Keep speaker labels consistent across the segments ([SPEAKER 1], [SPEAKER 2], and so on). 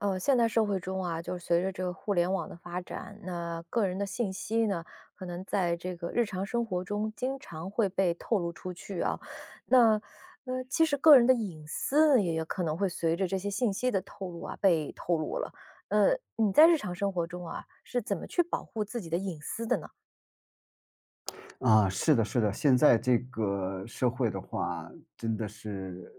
[SPEAKER 1] 现代社会中啊，就是随着这个互联网的发展，那个人的信息呢，可能在这个日常生活中经常会被透露出去啊。那其实个人的隐私也可能会随着这些信息的透露啊，被透露了。呃，你在日常生活中啊，是怎么去保护自己的隐私的呢？
[SPEAKER 2] 啊，是的，是的，现在这个社会的话，真的是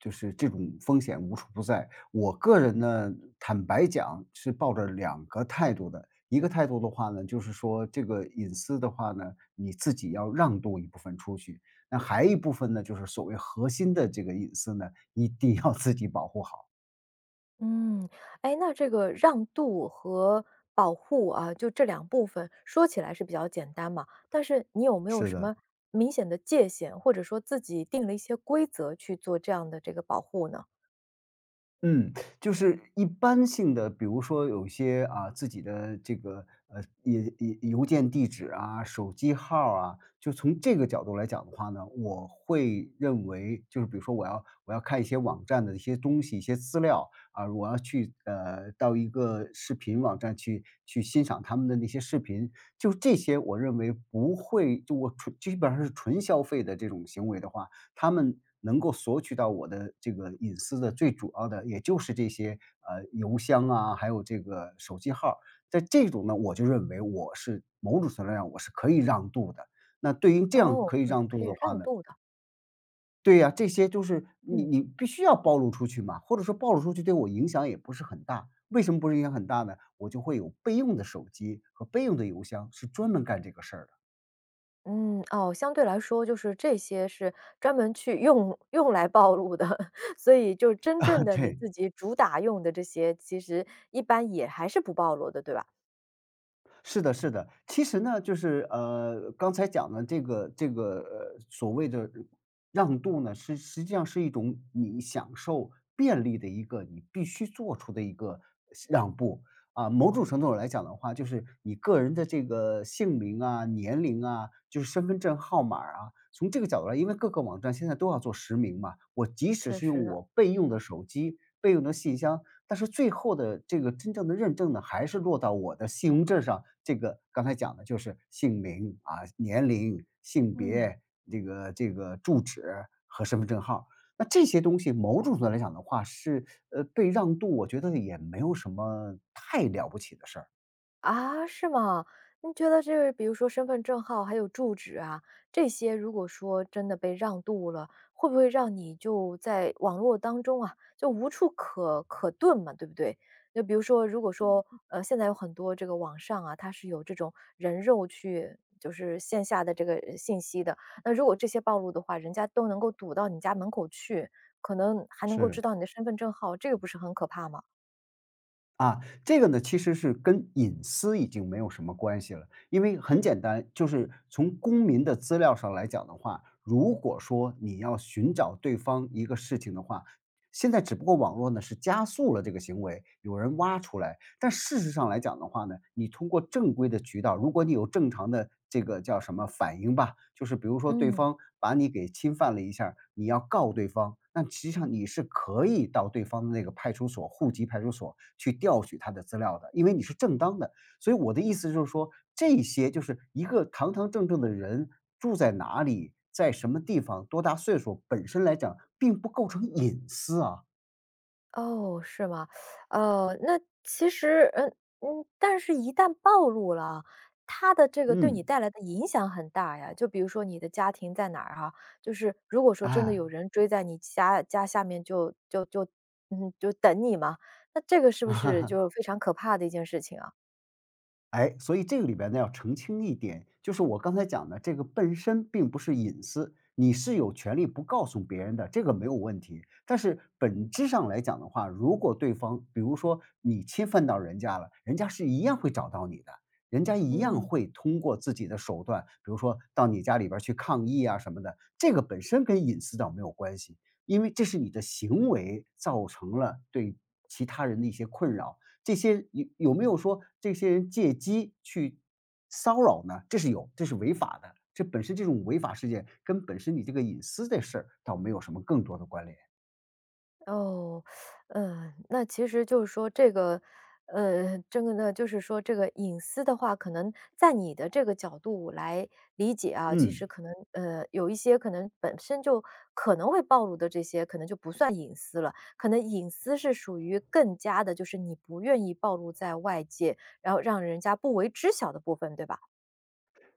[SPEAKER 2] 就是这种风险无处不在。我个人呢，坦白讲是抱着两个态度的。一个态度的话呢，就是说这个隐私的话呢，你自己要让渡一部分出去，那还一部分呢，就是所谓核心的这个隐私呢，一定要自己保护好。
[SPEAKER 1] 嗯，哎，那这个让渡和保护啊，就这两部分说起来是比较简单嘛，但是你有没有
[SPEAKER 2] 是
[SPEAKER 1] 什
[SPEAKER 2] 的。
[SPEAKER 1] 么明显的界限，或者说自己定了一些规则去做这样的这个保护呢？
[SPEAKER 2] 嗯，就是一般性的，比如说有些啊，自己的这个也邮件地址啊、手机号儿啊，就从这个角度来讲的话呢，我会认为就是比如说我要看一些网站的一些东西、一些资料啊，我要去到一个视频网站去欣赏他们的那些视频，就这些我认为不会，就我纯基本上是纯消费的这种行为的话，他们能够索取到我的这个隐私的最主要的，也就是这些邮箱啊，还有这个手机号儿在这种呢，我就认为我是某种程度上我是可以让渡的。那对于这样
[SPEAKER 1] 哦，
[SPEAKER 2] 可以
[SPEAKER 1] 你是
[SPEAKER 2] 让
[SPEAKER 1] 可
[SPEAKER 2] 渡
[SPEAKER 1] 以
[SPEAKER 2] 的话
[SPEAKER 1] 让
[SPEAKER 2] 呢，
[SPEAKER 1] 渡的。
[SPEAKER 2] 对呀，这些就是你
[SPEAKER 1] 嗯
[SPEAKER 2] 你必须要暴露出去嘛，或者说暴露出去对我影响也不是很大。为什么不是影响很大呢？我就会有备用的手机和备用的邮箱，是专门干这个事儿的。
[SPEAKER 1] 嗯，哦，相对来说就是这些是专门去用来暴露的，所以就真正 的你
[SPEAKER 2] 对。
[SPEAKER 1] 自己主打用的这些，其实一般也还是不暴露的，对吧？
[SPEAKER 2] 是的，是的。其实呢，就是刚才讲的这个所谓的让渡呢，是实际上是一种你享受便利的一个你必须做出的一个让步啊。某种程度上来讲的话，就是你个人的这个姓名啊、年龄啊，就是身份证号码儿啊，从这个角度来，因为各个网站现在都要做实名嘛，我即使
[SPEAKER 1] 确
[SPEAKER 2] 是用
[SPEAKER 1] 实。
[SPEAKER 2] 我备用的手机、备用的信箱，但是最后的这个真正的认证呢，还是落到我的信用证上，这个刚才讲的就是姓名啊、年龄、性
[SPEAKER 1] 嗯。
[SPEAKER 2] 别、这个住址和身份证号。那这些东西某种程度来讲的话是，被让渡，我觉得也没有什么太了不起的事儿。
[SPEAKER 1] 啊，是吗？你觉得这个比如说身份证号还有住址啊，这些如果说真的被让渡了，会不会让你就在网络当中啊，就无处可遁嘛，对不对？就比如说，如果说，现在有很多这个网上啊，它是有这种人肉去就是线下的这个信息的，那如果这些暴露的话，人家都能够堵到你家门口去，可能还能够
[SPEAKER 2] 是，
[SPEAKER 1] 知道你的身份证号，这个不是很可怕吗？
[SPEAKER 2] 啊，这个呢，其实是跟隐私已经没有什么关系了，因为很简单，就是从公民的资料上来讲的话，如果说你要寻找对方一个事情的话，现在只不过网络呢是加速了这个行为，有人挖出来，但事实上来讲的话呢，你通过正规的渠道，如果你有正常的这个叫什么反应吧，就是比如说对
[SPEAKER 1] 嗯。
[SPEAKER 2] 方把你给侵犯了一下儿你要告对方，那实际上你是可以到对方的那个派出所，户籍派出所去调取他的资料的，因为你是正当的。所以我的意思就是说，这些就是一个堂堂正正的人住在哪里，在什么地方，多大岁数，本身来讲并不构成隐私啊。
[SPEAKER 1] 哦，是吗？那其实，嗯嗯，但是一旦暴露了啊，它的这个对你
[SPEAKER 2] 嗯，
[SPEAKER 1] 带来的影响很大呀。就比如说你的家庭在哪儿哈，就是如果说真的
[SPEAKER 2] 哎。
[SPEAKER 1] 有人追在你家下面就嗯就等你嘛，那这个是不是就 非常可怕的一件事情啊？
[SPEAKER 2] 哎，所以这个里边呢要澄清一点，就是我刚才讲的这个本身并不是隐私，你是有权利不告诉别人的，这个没有问题。但是本质上来讲的话，如果对方比如说你侵犯到人家了，人家是一样会找到你的，人家一样
[SPEAKER 1] 嗯。
[SPEAKER 2] 会通过自己的手段，比如说到你家里边儿去抗议啊什么的，这个本身跟隐私倒没有关系，因为这是你的行为造成了对其他人的一些困扰，这些有没有说这些人借机去骚扰呢？这是有，这是违法的。这本身这种违法事件跟本身你这个隐私的事儿倒没有什么更多的关联。
[SPEAKER 1] 哦，那其实就是说这个，这个呢，就是说这个隐私的话，可能在你的这个角度来理解啊，其
[SPEAKER 2] 嗯。
[SPEAKER 1] 实可能有一些可能本身就可能会暴露的这些，可能就不算隐私了。可能隐私是属于更加的，就是你不愿意暴露在外界，然后让人家不为知晓的部分，对吧？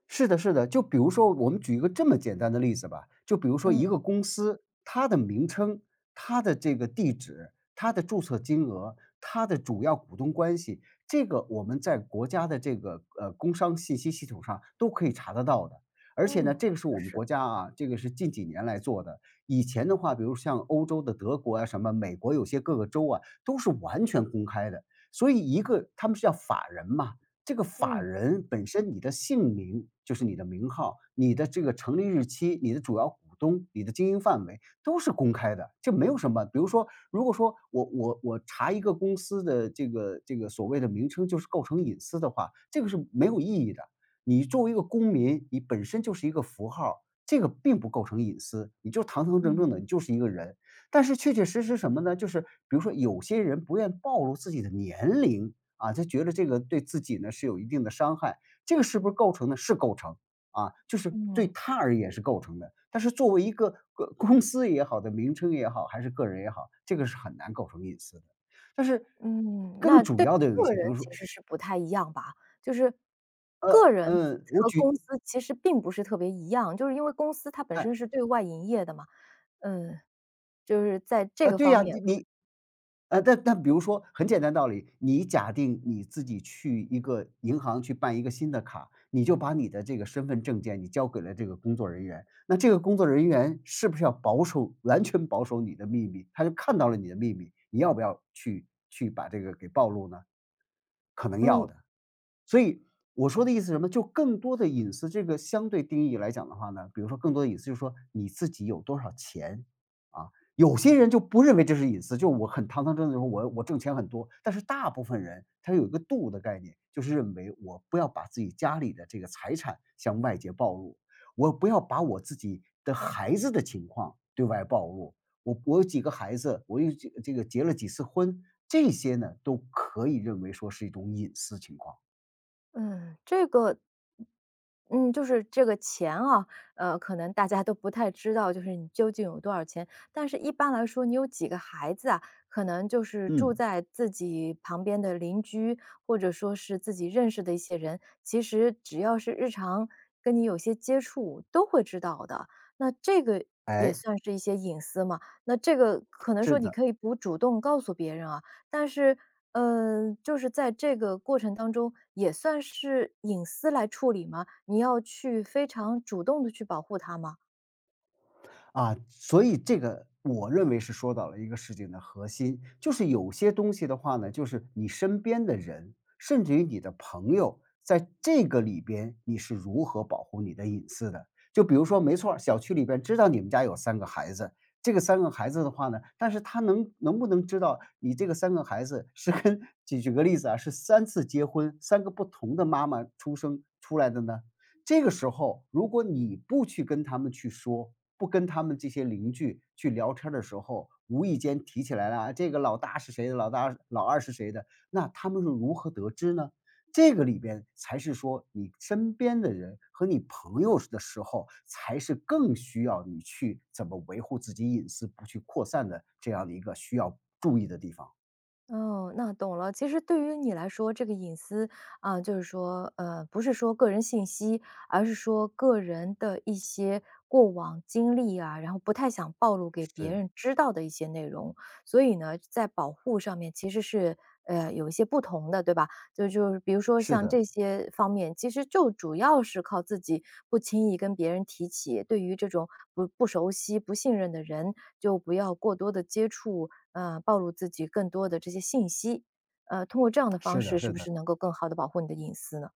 [SPEAKER 2] 是的，是的。就比如说，我们举一个这么简单的例子吧，就比如说
[SPEAKER 1] 嗯
[SPEAKER 2] 一个公司，它的名称、它的这个地址、它的注册金额、它的主要股东关系，这个我们在国家的这个工商信息系统上都可以查得到的。而且呢，
[SPEAKER 1] 嗯，
[SPEAKER 2] 这个是
[SPEAKER 1] 就
[SPEAKER 2] 我们
[SPEAKER 1] 是，
[SPEAKER 2] 国家啊，这个是近几年来做的。以前的话，比如像欧洲的德国啊，什么美国有些各个州啊，都是完全公开的。所以一个他们是叫法人嘛，这个法
[SPEAKER 1] 嗯
[SPEAKER 2] 人本身你的姓名就是你的名号，你的这个成立日期，你的主要股东，你的经营范围都是公开的，这没有什么。比如说，如果说我查一个公司的这个所谓的名称，就是构成隐私的话，这个是没有意义的。你作为一个公民，你本身就是一个符号，这个并不构成隐私，你就堂堂正正的，
[SPEAKER 1] 嗯
[SPEAKER 2] 你就是一个人。但是确确实实什么呢？就是比如说有些人不愿暴露自己的年龄，啊，他觉得这个对自己呢是有一定的伤害。这个是不是构成呢？是构成啊，就是对
[SPEAKER 1] 嗯。
[SPEAKER 2] 他而言是构成的。但是作为一个公司也好的名称也好，还是个人也好，这个是很难构成隐私的。但是
[SPEAKER 1] 嗯，那
[SPEAKER 2] 更主
[SPEAKER 1] 对
[SPEAKER 2] 要的有一
[SPEAKER 1] 个
[SPEAKER 2] 些，
[SPEAKER 1] 人
[SPEAKER 2] 比如说，
[SPEAKER 1] 其实是不太一样吧，就是
[SPEAKER 2] 呃，
[SPEAKER 1] 个人
[SPEAKER 2] 嗯，我
[SPEAKER 1] 和公
[SPEAKER 2] 举
[SPEAKER 1] 司其实并不是特别一样，就是因为公司它本
[SPEAKER 2] 哎
[SPEAKER 1] 身是对外营业的嘛，嗯，就是在这
[SPEAKER 2] 啊，
[SPEAKER 1] 个
[SPEAKER 2] 对
[SPEAKER 1] 方
[SPEAKER 2] 呀，
[SPEAKER 1] 面，
[SPEAKER 2] 你但比如说很简单道理，你假定你自己去一个银行去办一个新的卡，你就把你的这个身份证件你交给了这个工作人员，那这个工作人员是不是要保守完全保守你的秘密？他就看到了你的秘密，你要不要去把这个给暴露呢？可能要
[SPEAKER 1] 嗯，
[SPEAKER 2] 的。所以我说的意思是什么？就更多的隐私这个相对定义来讲的话呢，比如说更多的隐私就是说你自己有多少钱啊。有些人就不认为这是隐私，就我很堂堂正正地说我挣钱很多，但是大部分人他有一个度的概念，就是认为我不要把自己家里的这个财产向外界暴露，我不要把我自己的孩子的情况对外暴露。我有几个孩子，我又几这个结了几次婚，这些呢都可以认为说是一种隐私情况。
[SPEAKER 1] 嗯，这个嗯，就是这个钱啊，可能大家都不太知道，就是你究竟有多少钱。但是一般来说，你有几个孩子啊，可能就是住
[SPEAKER 2] 嗯，
[SPEAKER 1] 在自己旁边的邻居，或者说是自己认识的一些人，其实只要是日常跟你有些接触，都会知道的。那这个也
[SPEAKER 2] 哎，
[SPEAKER 1] 算是一些隐私嘛？那这个可能
[SPEAKER 2] 是
[SPEAKER 1] 说你
[SPEAKER 2] 的，
[SPEAKER 1] 可以不主动告诉别人啊，但是，嗯，就是在这个过程当中，也算是隐私来处理吗？你要去非常主动的去保护它吗？
[SPEAKER 2] 啊，所以这个我认为是说到了一个事情的核心，就是有些东西的话呢，就是你身边的人，甚至于你的朋友，在这个里边你是如何保护你的隐私的。就比如说，没错儿，小区里边知道你们家有三个孩子，这个三个孩子的话呢，但是他能不能知道你这个三个孩子是跟 举个例子啊，是三次结婚三个不同的妈妈出生出来的呢？这个时候，如果你不去跟他们去说，不跟他们这些邻居去聊天儿的时候，无意间提起来了啊，这个老大是谁的，老大老二是谁的，那他们是如何得知呢？这个里边才是说你身边的人和你朋友的时候，才是更需要你去怎么维护自己隐私不去扩散的这样的一个需要注意的地方。
[SPEAKER 1] 哦，那懂了。其实对于你来说，这个隐私啊，就是说，不是说个人信息，而是说个人的一些过往经历啊，然后不太想暴露给别
[SPEAKER 2] 是，
[SPEAKER 1] 人知道的一些内容。所以呢，在保护上面其实是，有一些不同的，对吧？就是比如说
[SPEAKER 2] 是
[SPEAKER 1] 像
[SPEAKER 2] 的，
[SPEAKER 1] 这些方面，其实就主要是靠自己不轻易跟别人提起，对于这种不熟悉、不信任的人，就不要过多的接触，暴露自己更多的这些信息。通过这样的方
[SPEAKER 2] 是的，
[SPEAKER 1] 式，是
[SPEAKER 2] 是
[SPEAKER 1] 不
[SPEAKER 2] 的。
[SPEAKER 1] 是能够更好的保护你的隐私呢？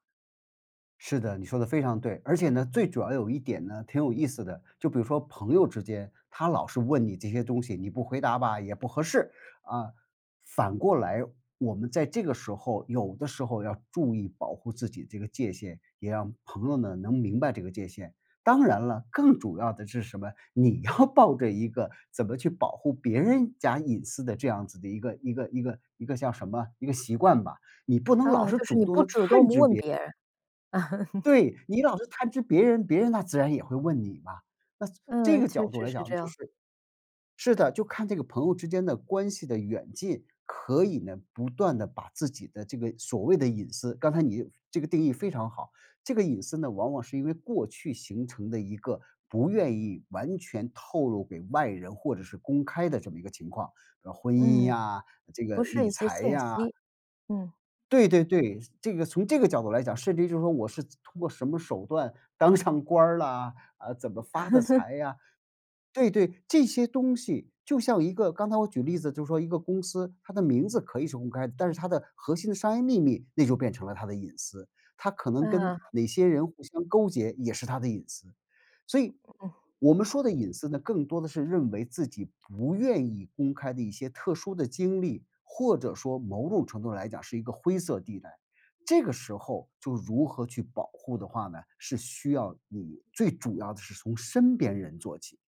[SPEAKER 2] 是的，你说的非常对。而且呢，最主要有一点呢，挺有意思的，就比如说朋友之间，他老是问你这些东西，你不回答吧，也不合适，啊。反过来，我们在这个时候，有的时候要注意保护自己这个界限，也让朋友呢能明白这个界限。当然了，更主要的是什么？你要 抱着一个怎么去保护别人家隐私的这样子的一个叫什么一个习惯吧，你不能老
[SPEAKER 1] 啊，
[SPEAKER 2] 是
[SPEAKER 1] 就是
[SPEAKER 2] 主
[SPEAKER 1] 你
[SPEAKER 2] 动
[SPEAKER 1] 不
[SPEAKER 2] 的
[SPEAKER 1] 主动
[SPEAKER 2] 探知
[SPEAKER 1] 问
[SPEAKER 2] 别。
[SPEAKER 1] 别人。
[SPEAKER 2] 对，你老是探知别人，别人那自然也会问你嘛。那这
[SPEAKER 1] 嗯，
[SPEAKER 2] 个
[SPEAKER 1] 确
[SPEAKER 2] 角度
[SPEAKER 1] 实
[SPEAKER 2] 来
[SPEAKER 1] 是
[SPEAKER 2] 讲，
[SPEAKER 1] 这
[SPEAKER 2] 就
[SPEAKER 1] 样。
[SPEAKER 2] 是是的，就看这个朋友之间的关系的远近，可以呢不断的把自己的这个所谓的隐私刚才你这个定义非常好，这个隐私呢，往往是因为过去形成的一个不愿意完全透露给外人或者是公开的这么一个情况，比如婚姻
[SPEAKER 1] 嗯，
[SPEAKER 2] 呀，这个
[SPEAKER 1] 不是
[SPEAKER 2] 理
[SPEAKER 1] 一些
[SPEAKER 2] 财
[SPEAKER 1] 信
[SPEAKER 2] 呀。
[SPEAKER 1] 息。嗯，
[SPEAKER 2] 对对对，这个从这个角度来讲，甚至于就是说我是通过什么手段当上官儿啦，啊，怎么发的财呀，对对，这些东西就像一个刚才我举例子，就是说一个公司，它的名字可以是公开的，但是它的核心的商业秘密，那就变成了它的隐私。它可能跟
[SPEAKER 1] 啊，
[SPEAKER 2] 哪些人互相勾结，也是它的隐私。所以，
[SPEAKER 1] 嗯。
[SPEAKER 2] 我们说的隐私呢，更多的是认为自己不愿意公开的一些特殊的经历，或者说某种程度来讲是一个灰色地带。这个时候，就如何去保护的话呢，是需要你最主要的是从身边人做起。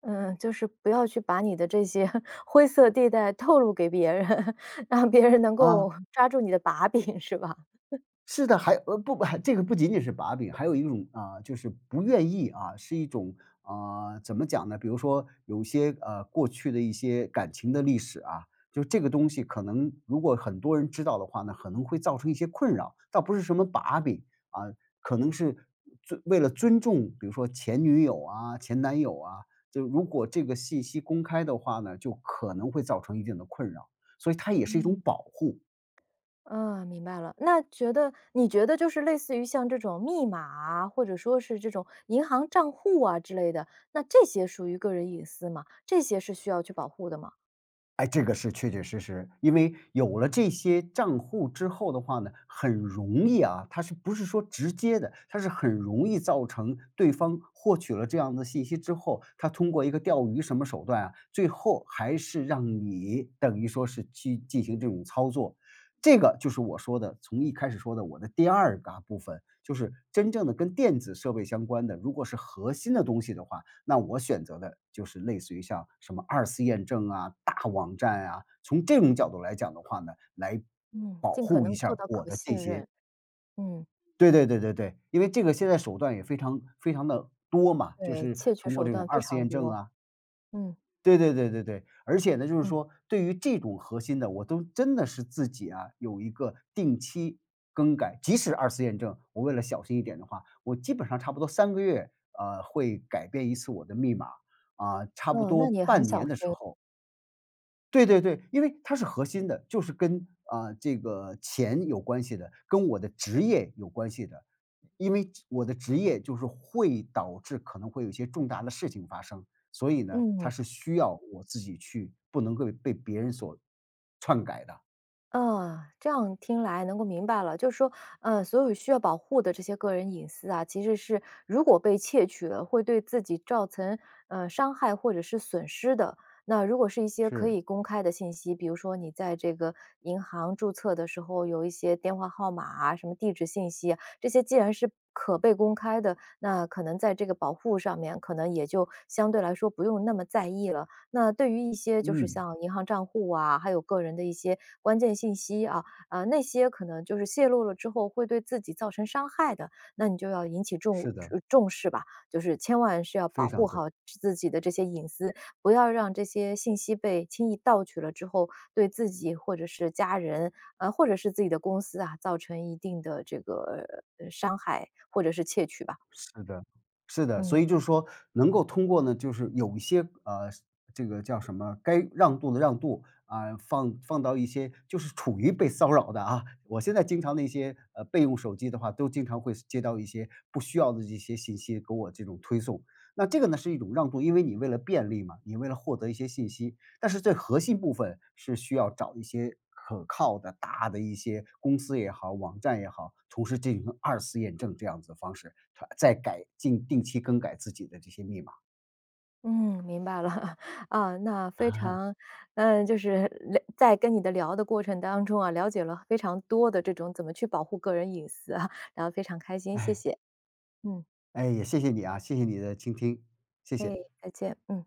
[SPEAKER 1] 嗯，就是不要去把你的这些 灰色地带透露给别人，让别人能
[SPEAKER 2] 啊，
[SPEAKER 1] 够抓住你的把柄，是吧？
[SPEAKER 2] 是的，还不，还这个不仅仅是把柄，还有一种啊，就是不愿意啊，是一种啊，怎么讲呢？比如说有些过去的一些感情的历史啊，就这个东西可能如果很多人知道的话呢，可能会造成一些困扰，倒不是什么把柄啊，可能是尊为了尊重，比如说前女友啊、前男友啊，就如果这个信息公开的话呢，就可能会造成一定的困扰，所以它也是一种
[SPEAKER 1] 嗯。
[SPEAKER 2] 保护。
[SPEAKER 1] 嗯，明白了。那觉得你觉得就是类似于像这种密码啊，或者说是这种银行账户啊之类的，那这些属于个人隐私嘛？这些是需要去保护的嘛？
[SPEAKER 2] 哎，这个是确确实实，因为有了这些账户之后的话呢，很容易啊，它是不是说直接的，它是很容易造成对方获取了这样的信息之后，他通过一个钓鱼什么手段啊，最后还是让你等于说是去进行这种操作，这个就是我说的，从一开始说的我的第二个部分，就是真正的跟电子设备相关的，如果是核心的东西的话，那我选择的就是类似于像什么二次验证啊、大网站啊，从这种角度来讲的话呢，来
[SPEAKER 1] 嗯，
[SPEAKER 2] 保
[SPEAKER 1] 尽可
[SPEAKER 2] 护一
[SPEAKER 1] 能做
[SPEAKER 2] 下
[SPEAKER 1] 到
[SPEAKER 2] 我
[SPEAKER 1] 可
[SPEAKER 2] 的这
[SPEAKER 1] 信任。
[SPEAKER 2] 些
[SPEAKER 1] 嗯，
[SPEAKER 2] 对对对对对，因为这个现在手段也非常非常的多嘛，就
[SPEAKER 1] 对，
[SPEAKER 2] 是
[SPEAKER 1] 窃取
[SPEAKER 2] 通过
[SPEAKER 1] 手
[SPEAKER 2] 这种
[SPEAKER 1] 段非
[SPEAKER 2] 二次
[SPEAKER 1] 常
[SPEAKER 2] 验证
[SPEAKER 1] 多。
[SPEAKER 2] 啊
[SPEAKER 1] 嗯，
[SPEAKER 2] 对对对对对，而且呢，就是
[SPEAKER 1] 嗯，
[SPEAKER 2] 说对于这种核心的，我都真的是自己啊有一个定期更改，即使二次验证，我为了小心一点的话，我基本上差不多三个月，会改变一次我的密码，啊，差不
[SPEAKER 1] 哦，
[SPEAKER 2] 多
[SPEAKER 1] 那你也很
[SPEAKER 2] 半
[SPEAKER 1] 小
[SPEAKER 2] 年的时
[SPEAKER 1] 心。
[SPEAKER 2] 候对对对，因为它是核心的，就是跟，啊，这个钱有关系的，跟我的职业有关系的。因为我的职业就是会导致可能会有一些重大的事情发生，所以呢，它
[SPEAKER 1] 嗯。
[SPEAKER 2] 是需要我自己去不能够被别人所篡改的。
[SPEAKER 1] 啊，这样听来能够明白了，就是说，所有需要保护的这些个人隐私啊，其实是如果被窃取了，会对自己造成伤害或者是损失的。那如果是一些可
[SPEAKER 2] 是。
[SPEAKER 1] 以公开的信息，比如说你在这个银行注册的时候有一些电话号码啊、什么地址信息啊这些既然是可被公开的，那可能在这个保护上面，可能也就相对来说不用那么在意了。那对于一些就是
[SPEAKER 2] 嗯，
[SPEAKER 1] 像银行账户啊，还有个人的一些关键信息啊，啊，那些可能就是泄露了之后会对自己造成伤害的，那你就要引起重
[SPEAKER 2] 是的，
[SPEAKER 1] 呃重视吧，就是千万是要
[SPEAKER 2] 非
[SPEAKER 1] 保护
[SPEAKER 2] 常
[SPEAKER 1] 好
[SPEAKER 2] 对。
[SPEAKER 1] 自己的这些隐私，不要让这些信息被轻易盗取了之后，对自己或者是家人，或者是自己的公司啊，造成一定的这个伤害或者是窃取吧。
[SPEAKER 2] 是的，是的，所
[SPEAKER 1] 嗯。
[SPEAKER 2] 以就是说能够通过呢，就是有一些这个叫什么，该让渡的让渡啊，放放到一些就是处于被骚扰的啊。我现在经常的一些备用手机的话，都经常会接到一些不需要的这些信息给我这种推送。那这个呢是一种让渡，因为你为了便利嘛，你为了获得一些信息，但是最核心部分是需要找一些可靠的大的一些公司也好，网站也好，同时进行二次验证这样子的方式，它再改进定期更改自己的这些密码。
[SPEAKER 1] 嗯，明白了 啊，那非 常嗯，就是了在跟你的聊的过程当中啊，了解了非常多的这种怎么去保护个人隐私啊，然后非常开心，谢
[SPEAKER 2] 哎
[SPEAKER 1] 谢。嗯，
[SPEAKER 2] 哎，也谢谢你啊，谢谢你的倾听，谢
[SPEAKER 1] 哎，
[SPEAKER 2] 谢。
[SPEAKER 1] 再见，嗯。